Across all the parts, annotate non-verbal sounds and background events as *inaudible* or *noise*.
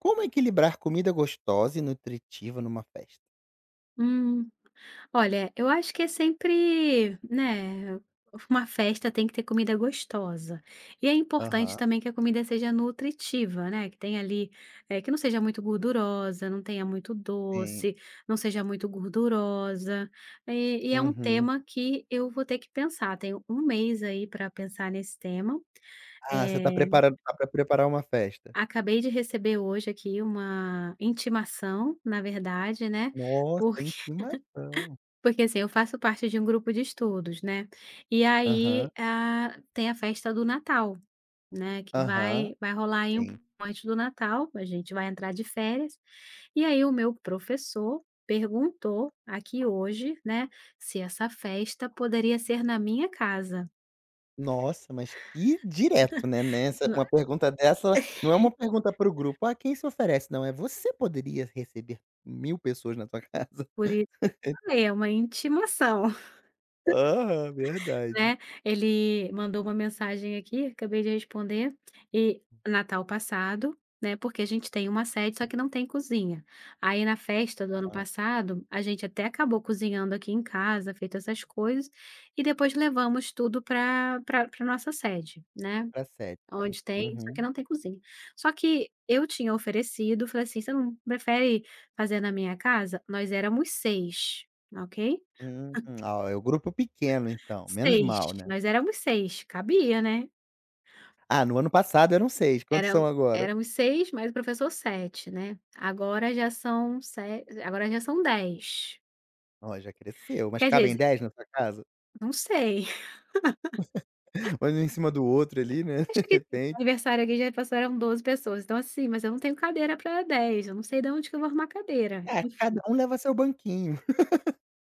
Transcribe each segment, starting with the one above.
Como equilibrar comida gostosa e nutritiva numa festa? Hum. Olha, eu acho que é sempre, né, uma festa tem que ter comida gostosa. E é importante Aham, também que a comida seja nutritiva, né, que tenha ali, que não seja muito gordurosa, não tenha muito sim. doce, não seja muito gordurosa. E é um Uhum. tema que eu vou ter que pensar. Tenho um mês aí para pensar nesse tema. Ah, você tá Eh, preparando tá pra preparar uma festa. Acabei de receber hoje aqui uma intimação, na verdade, né? Nossa, intimação. Porque assim, eu faço parte de um grupo de estudos, né, e aí, Aham, tem a festa do Natal, né, que aham, vai rolar aí um sim. pouco antes do Natal, a gente vai entrar de férias, e aí o meu professor perguntou aqui hoje, né, se essa festa poderia ser na minha casa. Nossa, mas que direto, né, nessa Não, uma pergunta dessa não é uma pergunta para o grupo: "Ah, quem se oferece?" Não, é você poderia receber 1000 pessoas na tua *laughs* casa. por isso que eu falei, é uma intimação. Aham, verdade. Né, ele mandou uma mensagem aqui, acabei de responder, e Natal passado, né, porque a gente tem uma sede, só que não tem cozinha. Aí na festa do ano Hã, passado, a gente até acabou cozinhando aqui em casa, feito essas coisas, e depois levamos tudo para nossa sede, né, pra 7, né. onde tem só que Uhum. não tem cozinha. Só que eu tinha oferecido, falei assim: "Você não prefere fazer na minha casa?" Nós éramos 6, ok? Hum. Ah, é o grupo pequeno então, menos 6. mal, né. Nós éramos 6, cabia, né? Ah, no ano passado eram 6. Quantos são Eram agora? éramos 6 mais o professor, sete, né. Agora já são 10. Ó, já cresceu, mas Quer cabem dizer, 10 na sua casa? não sei, *laughs* Mas um em cima do outro ali, né, *laughs* acho de que sim, no repente. aniversário aqui já passaram 12 pessoas, então assim, mas eu não tenho cadeira para 10. Eu não sei de onde que eu vou arrumar cadeira. É, cada Enfim, um leva seu banquinho. *laughs*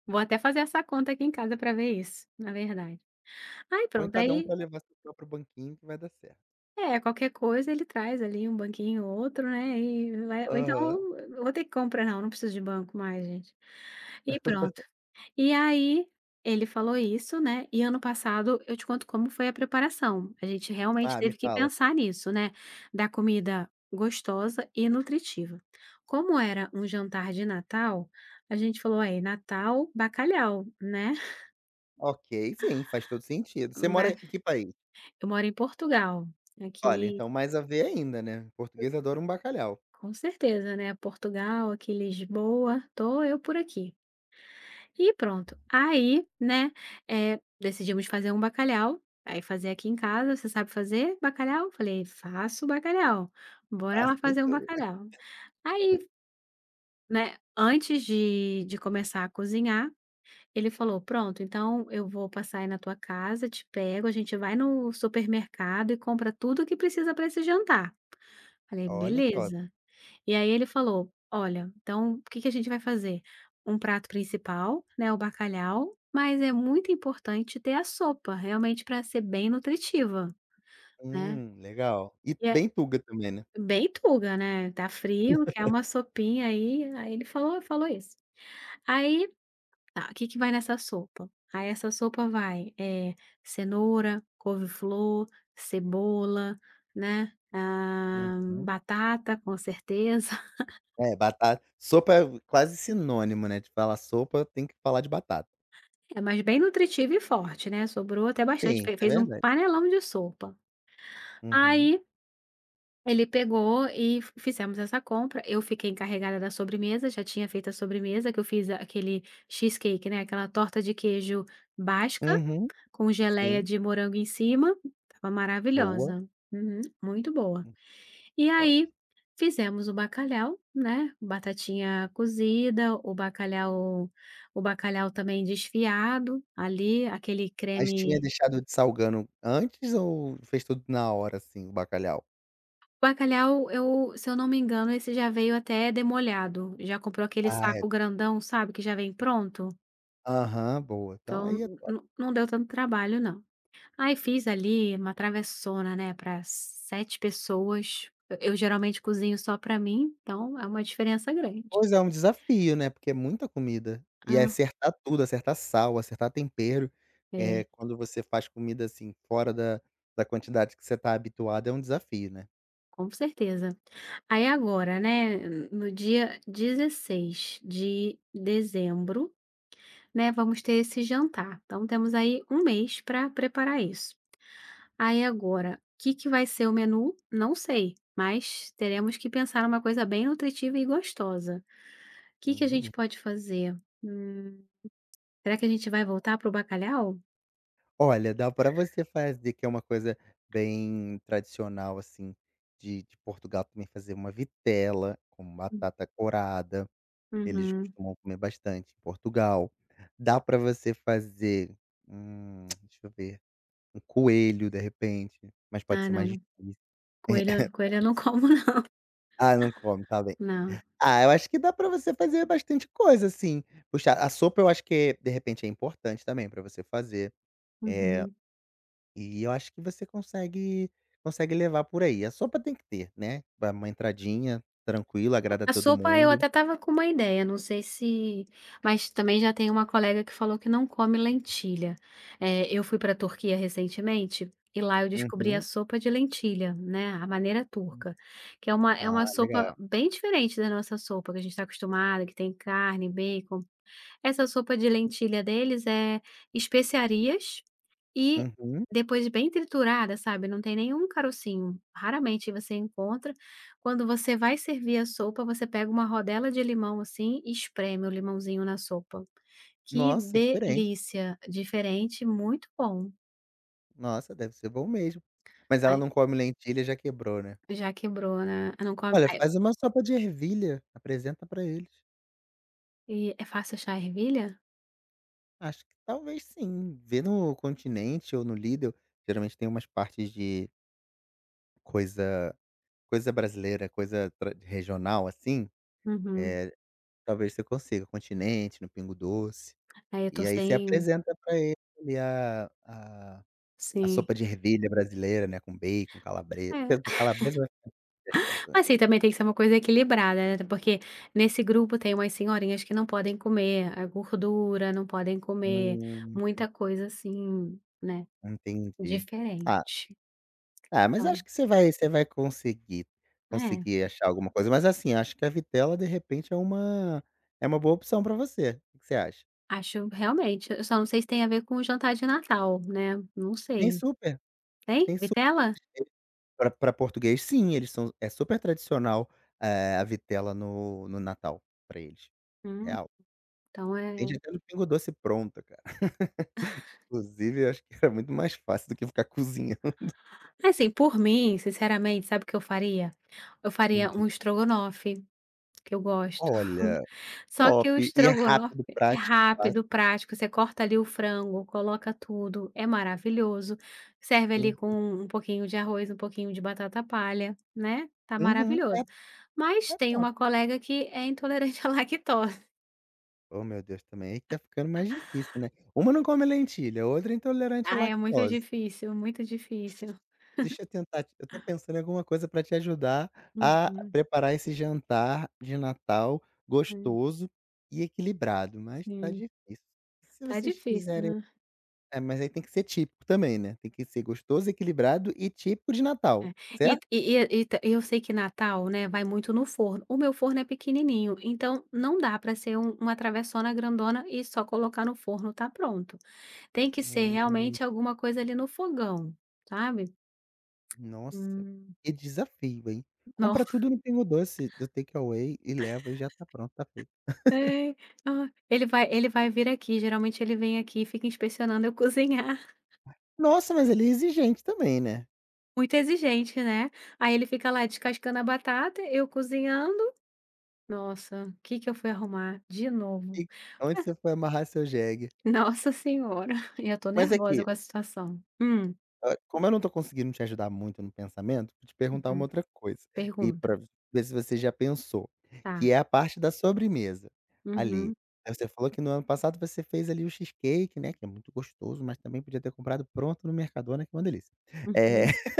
vou até fazer essa conta aqui em casa para ver isso, na verdade. Aí Põe pronto, cada um aí pra levar seu próprio banquinho que vai dar certo. é, qualquer coisa ele traz ali um banquinho ou outro, né, e vai ou Aham. então eu vou ter que comprar não, não preciso de banco mais gente. E pronto. E aí, ele falou isso, né, e ano passado eu te conto como foi a preparação, a gente realmente Ah, me teve que fala. pensar nisso, né, da comida gostosa e nutritiva. Como era um jantar de Natal, a gente falou: "Aí, Natal, bacalhau", né, *laughs* Ok, sim, faz todo sentido. Você ba mora em que país? eu moro em Portugal, Olha, aqui. então mais a ver ainda, né, português adora um bacalhau. Com certeza, né, Portugal, aqui Lisboa, tô eu por aqui. E pronto, aí, né, decidimos fazer um bacalhau, aí fazer aqui em casa, "Você sabe fazer bacalhau?" Falei: "Faço bacalhau, bora lá Faço de fazer um tudo. bacalhau". Aí, né, antes de começar a cozinhar, ele falou: "Pronto, então eu vou passar aí na tua casa, te pego, a gente vai no supermercado e compra tudo que precisa para esse jantar". Falei: Olha, top. "Beleza". E aí ele falou: "Olha, então o que que a gente vai fazer? Um prato principal, né, o bacalhau, mas é muito importante ter a sopa, realmente para ser bem nutritiva, né". Legal. E E é bem tuga também, né. bem tuga, né, tá frio, quer uma sopinha aí, aí ele falou isso. Aí, tá, o que que vai nessa sopa? Aí essa sopa vai, cenoura, couve-flor, cebola, né, hã, Uhum. batata, com certeza. É, batata sopa é quase sinônimo, né, de falar sopa tem que falar de batata. É, mas bem nutritivo e forte, né, sobrou até bastante, Sim, fe isso é fez um verdade. panelão de sopa. Uhum, Aí, ele pegou e fi fizemos essa compra, eu fiquei encarregada da sobremesa, já tinha feito a sobremesa, que eu fiz aquele cheesecake, né, aquela torta de queijo basca, uhum, com geleia sim, de morango em cima, tava boa. maravilhosa. Uhum, muito boa. Hum, E top. aí, fizemos o bacalhau, né, batatinha cozida, o bacalhau também desfiado, ali, aquele Mas tinha creme. deixado de salgando antes ou fez tudo na hora, assim, o bacalhau? Bacalhau, eu se eu não me engano, esse já veio até demolhado. Já comprou aquele Ah, é. saco grandão, sabe, que já vem pronto? Aham, boa, então Então aí é n top. n não deu tanto trabalho não. Aí fiz ali uma travessona, né, para 7 pessoas. Eu geralmente cozinho só para mim, então é uma diferença grande. Pois é, um desafio, né, porque é muita comida, e é Ah, acertar tudo, acertar sal, acertar tempero, é é, quando você faz comida, assim, fora da quantidade que você tá habituado, é um desafio, né. com certeza. Aí agora, né, no dia 16 de dezembro, né, vamos ter esse jantar. Então temos aí um mês para preparar isso. Aí agora, o que que vai ser o menu? Não sei, mas teremos que pensar uma coisa bem nutritiva e gostosa. O que que a gente Uhum. pode fazer? Hum, será que a gente vai voltar para o bacalhau? Olha, dá para você fazer que é uma coisa bem tradicional, assim, de Portugal também fazer uma vitela com Hum. batata corada, eles Uhum. costumam comer bastante em Portugal. Dá para você fazer, *tsk* deixa eu ver, um coelho, de repente, mas pode Ah, ser mais não. difícil. Coelho *laughs* coelho eu não *laughs* como não. Ah, não come, tá bem. Não. Ah, eu acho que dá pra você fazer bastante coisa, assim, puxar a sopa eu acho que, de repente, é importante também pra você fazer, eh Uhum. e eu acho que você consegue levar por aí. A sopa tem que ter, né, dá uma entradinha tranquila, agrada A todo sopa eu mundo. até estava com uma ideia, não sei se mas também já tem uma colega que falou que não come lentilha. Eu fui pra Turquia recentemente, e lá eu descobri a Uhum. sopa de lentilha, né, a maneira turca, que é uma Ah, sopa legal. bem diferente da nossa sopa que a gente está acostumada, que tem carne, bacon. Essa sopa de lentilha deles é especiarias e Uhum. depois bem triturada, sabe, não tem nenhum carocinho, raramente você encontra. Quando você vai servir a sopa, você pega uma rodela de limão, assim, e espreme o limãozinho na sopa. Que Nossa, diferente. delícia! Diferente, muito bom. Nossa, deve ser bom mesmo. Mas ela Ai, não come lentilha, já quebrou, né. já quebrou, né. Eu não come Olha, ai, faz uma sopa de ervilha, apresenta pra eles. e é fácil achar ervilha? Acho que talvez sim, vê no Continente ou no Lidl, geralmente tem umas partes de coisa coisa brasileira, coisa tra regional, assim, Uhum. eh. Talvez você consiga, Continente, no Pingo Doce. Aí eu tô E aí você sem apresenta pra ele a sim. sopa de ervilha brasileira, né, com bacon, É. calabresa vai ficar é chato também, Assim, né. também tem que ser uma coisa equilibrada, né, porque nesse grupo tem umas senhorinhas que não podem comer a gordura, não podem comer Hum, muita coisa assim, né, entendi. Ah, diferente. ah, mas Então, acho que você vai conseguir é, conseguir achar alguma coisa, mas assim, acho que a vitela de repente é uma boa opção pra você. O que que você acha? acho realmente, eu só não sei se tem a ver com o jantar de Natal, né, não Tem sei. super, Tem? tem super. Vitela? Pra português, sim, eles são é super tradicional, eh, a vitela no Natal pra eles, Hum, real. então é Vende até no Pingo Doce pronta, cara. *laughs* Inclusive, eu acho que era muito mais fácil do que ficar *laughs* cozinhando. assim, por mim, sinceramente, sabe o que eu faria? Eu faria Uhum. um estrogonofe, que eu gosto. Olha, Só que top. o E é estrogonofe rápido, é prático, fácil. rápido, prático, você corta ali o frango, coloca tudo, é maravilhoso. Serve ali com Uhum. um pouquinho de arroz, um pouquinho de batata palha, né, tá Uhum. Maravilhoso. Mas É tem top. uma colega que é intolerante à *laughs* lactose. Oh, meu Deus, também aí que tá ficando mais difícil, né. Uma não come lentilha, outra é intolerante à Ah, é muito lactose. difícil, muito difícil. Deixa eu tentar te eu tô pensando em alguma coisa para te ajudar a Uhum. preparar esse jantar de Natal É, gostoso e equilibrado, mas tá sim. difícil. Se Tá vocês difícil, fizerem né. é, mas aí tem que ser típico também, né, tem que ser gostoso, equilibrado e típico de Natal, É. E certo? E ta Eu sei que Natal, né, vai muito no forno. O meu forno é pequenininho, então não dá para ser uma travessona grandona e só colocar no forno, tá pronto. Tem que ser Hum, realmente alguma coisa ali no fogão, sabe. nossa, Hum. que desafio, hein. Não Compra *laughs* tudo no Pingo Doce do takeaway e leva e já tá pronto, tá feito. é. Ah, ele vai vir aqui, geralmente ele vem aqui e fica inspecionando eu cozinhar. Nossa, mas ele é exigente também, né. *laughs* Muito exigente, né. Aí ele fica lá descascando a batata, eu cozinhando. Nossa, o que que eu fui arrumar de novo. E onde você foi amarrar seu jegue? Nossa senhora, *laughs* eu tô Mas nervosa aqui. com a situação. Ah, como eu não tô conseguindo te ajudar muito no pensamento, vou te perguntar uma Uhum, outra coisa, e pergunta, pra ver se você já pensou, tá. que é a parte da sobremesa, Uhum, ali. Aí você falou que no ano passado você fez ali o cheesecake, né, que é muito gostoso, mas também podia ter comprado pronto no Mercadona, que é uma delícia. Eh, uhum. *laughs*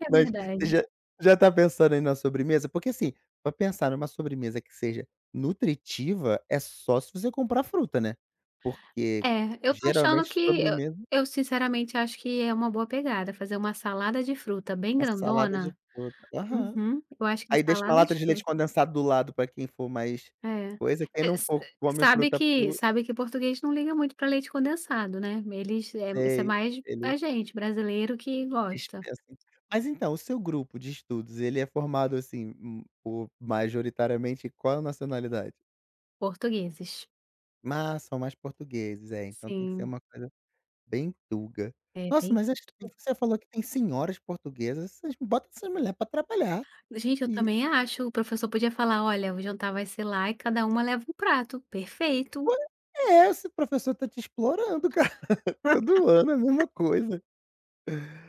É mas você verdade. já tá pensando aí na sobremesa? Porque assim, pra pensar numa sobremesa que seja nutritiva, é só se você comprar fruta, né, porque É, eu tô achando geralmente que eu sobremesa eu sinceramente acho que é uma boa pegada fazer uma salada de fruta bem a salada de grandona. fruta. Aham. Uhum, eu acho que a Aí deixa uma salada lata de de leite fruta, condensado do lado pra quem for mais é. coisa, quem Eh, não sa for come fruta pura sabe que português não liga muito para leite condensado, né, eles é isso é sei, mais ele a gente brasileiro que gosta, dispensa. Mas então, o seu grupo de estudos, ele é formado, assim, por majoritariamente qual nacionalidade? portugueses. Ah, são mais portugueses, é, então tem que ser Sim, uma coisa bem tuga. é Nossa, bem. mas acho que você falou que tem senhoras portuguesas, vocês bota essas mulher pra trabalhar. Gente, eu E, também acho. O professor podia falar: "Olha, o jantar vai ser lá e cada uma leva um prato". Perfeito. pois é, esse professor tá te explorando *laughs* cara, todo ano é a mesma coisa.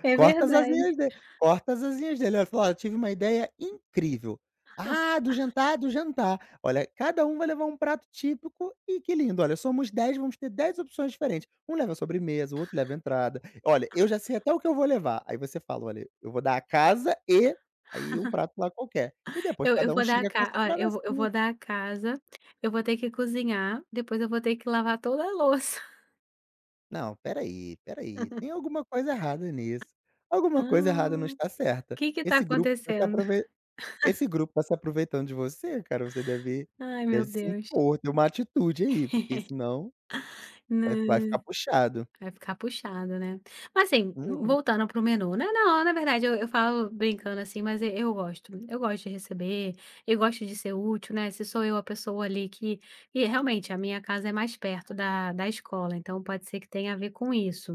É Corta as verdade. asinhas dele, corta as asinhas dele. Ela falou: "Olha, tive uma ideia incrível". "Ah, do jantar, do jantar". Olha, cada um vai levar um prato típico. E que lindo. Olha, somos 10, vamos ter 10 opções diferentes. Um leva sobremesa, o outro leva entrada. "Olha, eu já sei até o que eu vou levar". Aí você fala: "Olha, eu vou dar a casa e" aí um prato lá qualquer. E depois Eu cada um vou dar a chega com a ca sua olha, eu vou travessinha. dar a casa, eu vou ter que cozinhar, depois eu vou ter que lavar toda a louça. *laughs* Não, espera aí, tem alguma coisa errada nisso. Alguma "Hã, coisa errada não está certa. Que tá acontecendo?". Esse grupo tá se aproveitando de você, cara, você deve Ai, meu deve se Deus. impor, ter uma atitude aí, porque *laughs* senão vai ficar Né. puxado. Vai ficar puxado, né. Mas assim, Hum, voltando para o menu, né, não, na verdade eu falo brincando assim, mas e eu gosto. Eu gosto de receber, eu gosto de ser útil, né, se sou eu a pessoa ali que e realmente a minha casa é mais perto da escola, então pode ser que tenha a ver com isso,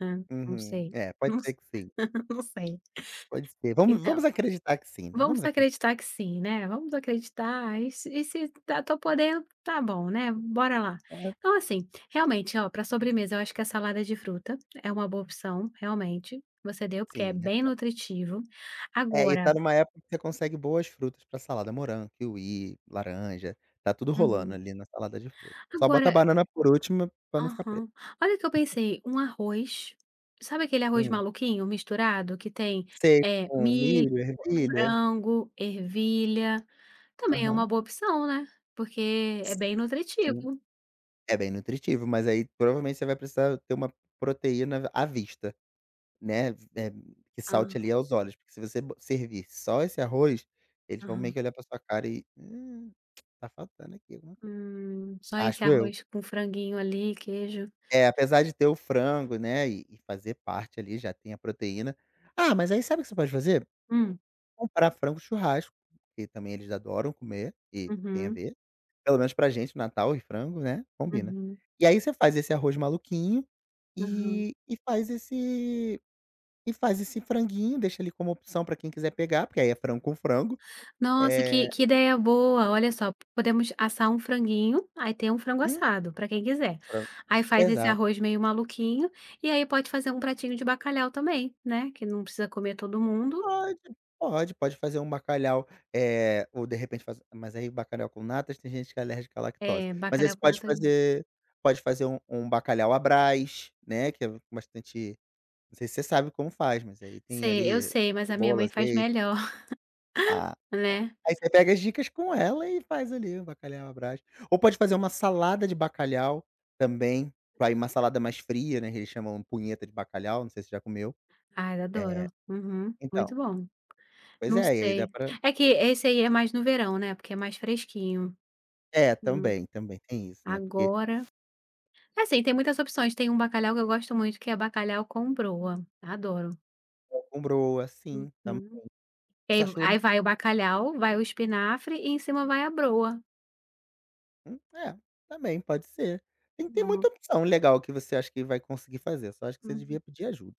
né, não uhum. sei, É, pode não ser s que sim, *laughs* não sei. pode ser. Vamos Então vamos acreditar que sim, né, vamos vamos acreditar. acreditar que sim, né, vamos acreditar, e se tô podendo, tá bom, né, bora lá. Ah, Então assim, realmente, ó, para sobremesa eu acho que a salada de fruta é uma boa opção, realmente, você deu, porque é sim, bem então. nutritivo. É, e Agora tá numa época que você consegue boas frutas pra salada, morango, kiwi, laranja, tá tudo rolando uhum. ali na salada de fruta. Só bota Agora a banana por última pra não ficar preta. aham. Olha que eu pensei, um arroz, sabe aquele arroz Hum. maluquinho misturado que tem, Sei, com milho, milho, ervilha. frango, ervilha, também é uma Aham. boa opção, né, porque é bem Sim. nutritivo. É bem nutritivo, mas aí provavelmente você vai precisar ter uma proteína à vista, né, eh, que salte ali aos olhos, porque se você bo servir só esse arroz, eles vão meio Aham. que olhar pra sua cara e: tá faltando aqui alguma coisa", Só esse acho eu. arroz com franguinho ali, queijo. É, apesar de ter o frango, né, e fazer parte ali, já tem a proteína. Ah, mas aí sabe o que você pode fazer? Hum. Comprar frango churrasco, que também eles adoram comer, e tem a Uhum, ver, pelo menos pra gente, Natal e frango, né, combina. uhum, E aí você faz esse arroz maluquinho aham. E e faz esse e faz esse franguinho, deixa ali como opção para quem quiser pegar, porque aí é frango com frango. Nossa, que Eh, que ideia boa! Olha só, podemos assar um franguinho, aí tem um frango hum, assado, para quem quiser. fran Aí faz esse exato. arroz meio maluquinho, e aí pode fazer um pratinho de bacalhau também, né, que não precisa comer todo mundo. Pode, pode, pode fazer um bacalhau, eh, ou de repente faz mas aí bacalhau com natas tem gente que é alérgica à lactose. É, Mas aí você bacalhau com pode natas não. fazer pode fazer um bacalhau à Brás, né, que é bastante não sei se você sabe como faz, mas aí tem Sei, eu ali sei, mas a minha cebola, mãe faz azeite. melhor, *laughs* Tá. né. Aí você pega as dicas com ela e faz ali o bacalhau à Brás. Ou pode fazer uma salada de bacalhau também, vai uma salada mais fria, né, que eles chamam punheta de bacalhau, não sei se você já comeu. Ai, eu adoro. Eh, Uhum, então, muito bom. pois Não é, e aí dá sei. pra É que esse aí é mais no verão, né, porque é mais fresquinho. é, Hum, também, também tem isso, né, porque agora assim, tem muitas opções, tem um bacalhau que eu gosto muito, que é bacalhau com broa, adoro. com broa, sim, tam Uhum. E eu aí só acho o li aí vai o bacalhau, vai o espinafre e em cima vai a broa. É, também pode ser. Tem É uma muita opção legal que você acha que vai conseguir fazer, só acho que você uhum. devia pedir ajuda.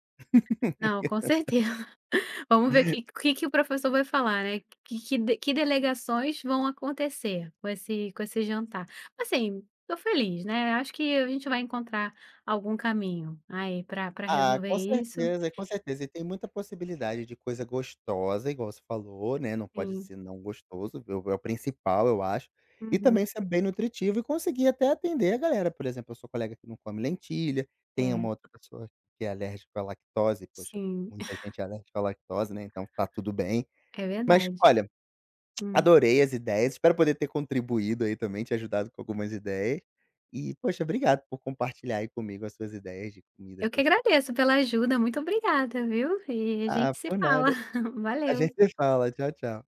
Não, com certeza. Vamos ver o que que o professor vai falar, né, que de que delegações vão acontecer com esse jantar. Assim, tô feliz, né, acho que a gente vai encontrar algum caminho aí para pra Ah, resolver com isso. certeza, com certeza. E tem muita possibilidade de coisa gostosa, igual você falou, né, não pode Sim. ser não gostoso, é o principal, eu acho. E Uhum. também ser bem nutritivo e conseguir até atender a galera, por exemplo, eu sou colega que não come lentilha, tem É, uma outra pessoa que é alérgica à lactose, poxa, sim, *laughs* muita gente é alérgica à lactose, né, então tá tudo bem. é Mas verdade. olha, Hum. adorei as ideias, espero poder ter contribuído aí também, te ajudado com algumas ideias. E poxa, obrigado por compartilhar aí comigo as suas ideias de comidas Eu que gostosas. agradeço pela ajuda, muito obrigada, viu, e a Ah, gente se por fala. nada. *laughs* A Valeu. gente se fala. Tchau, tchau.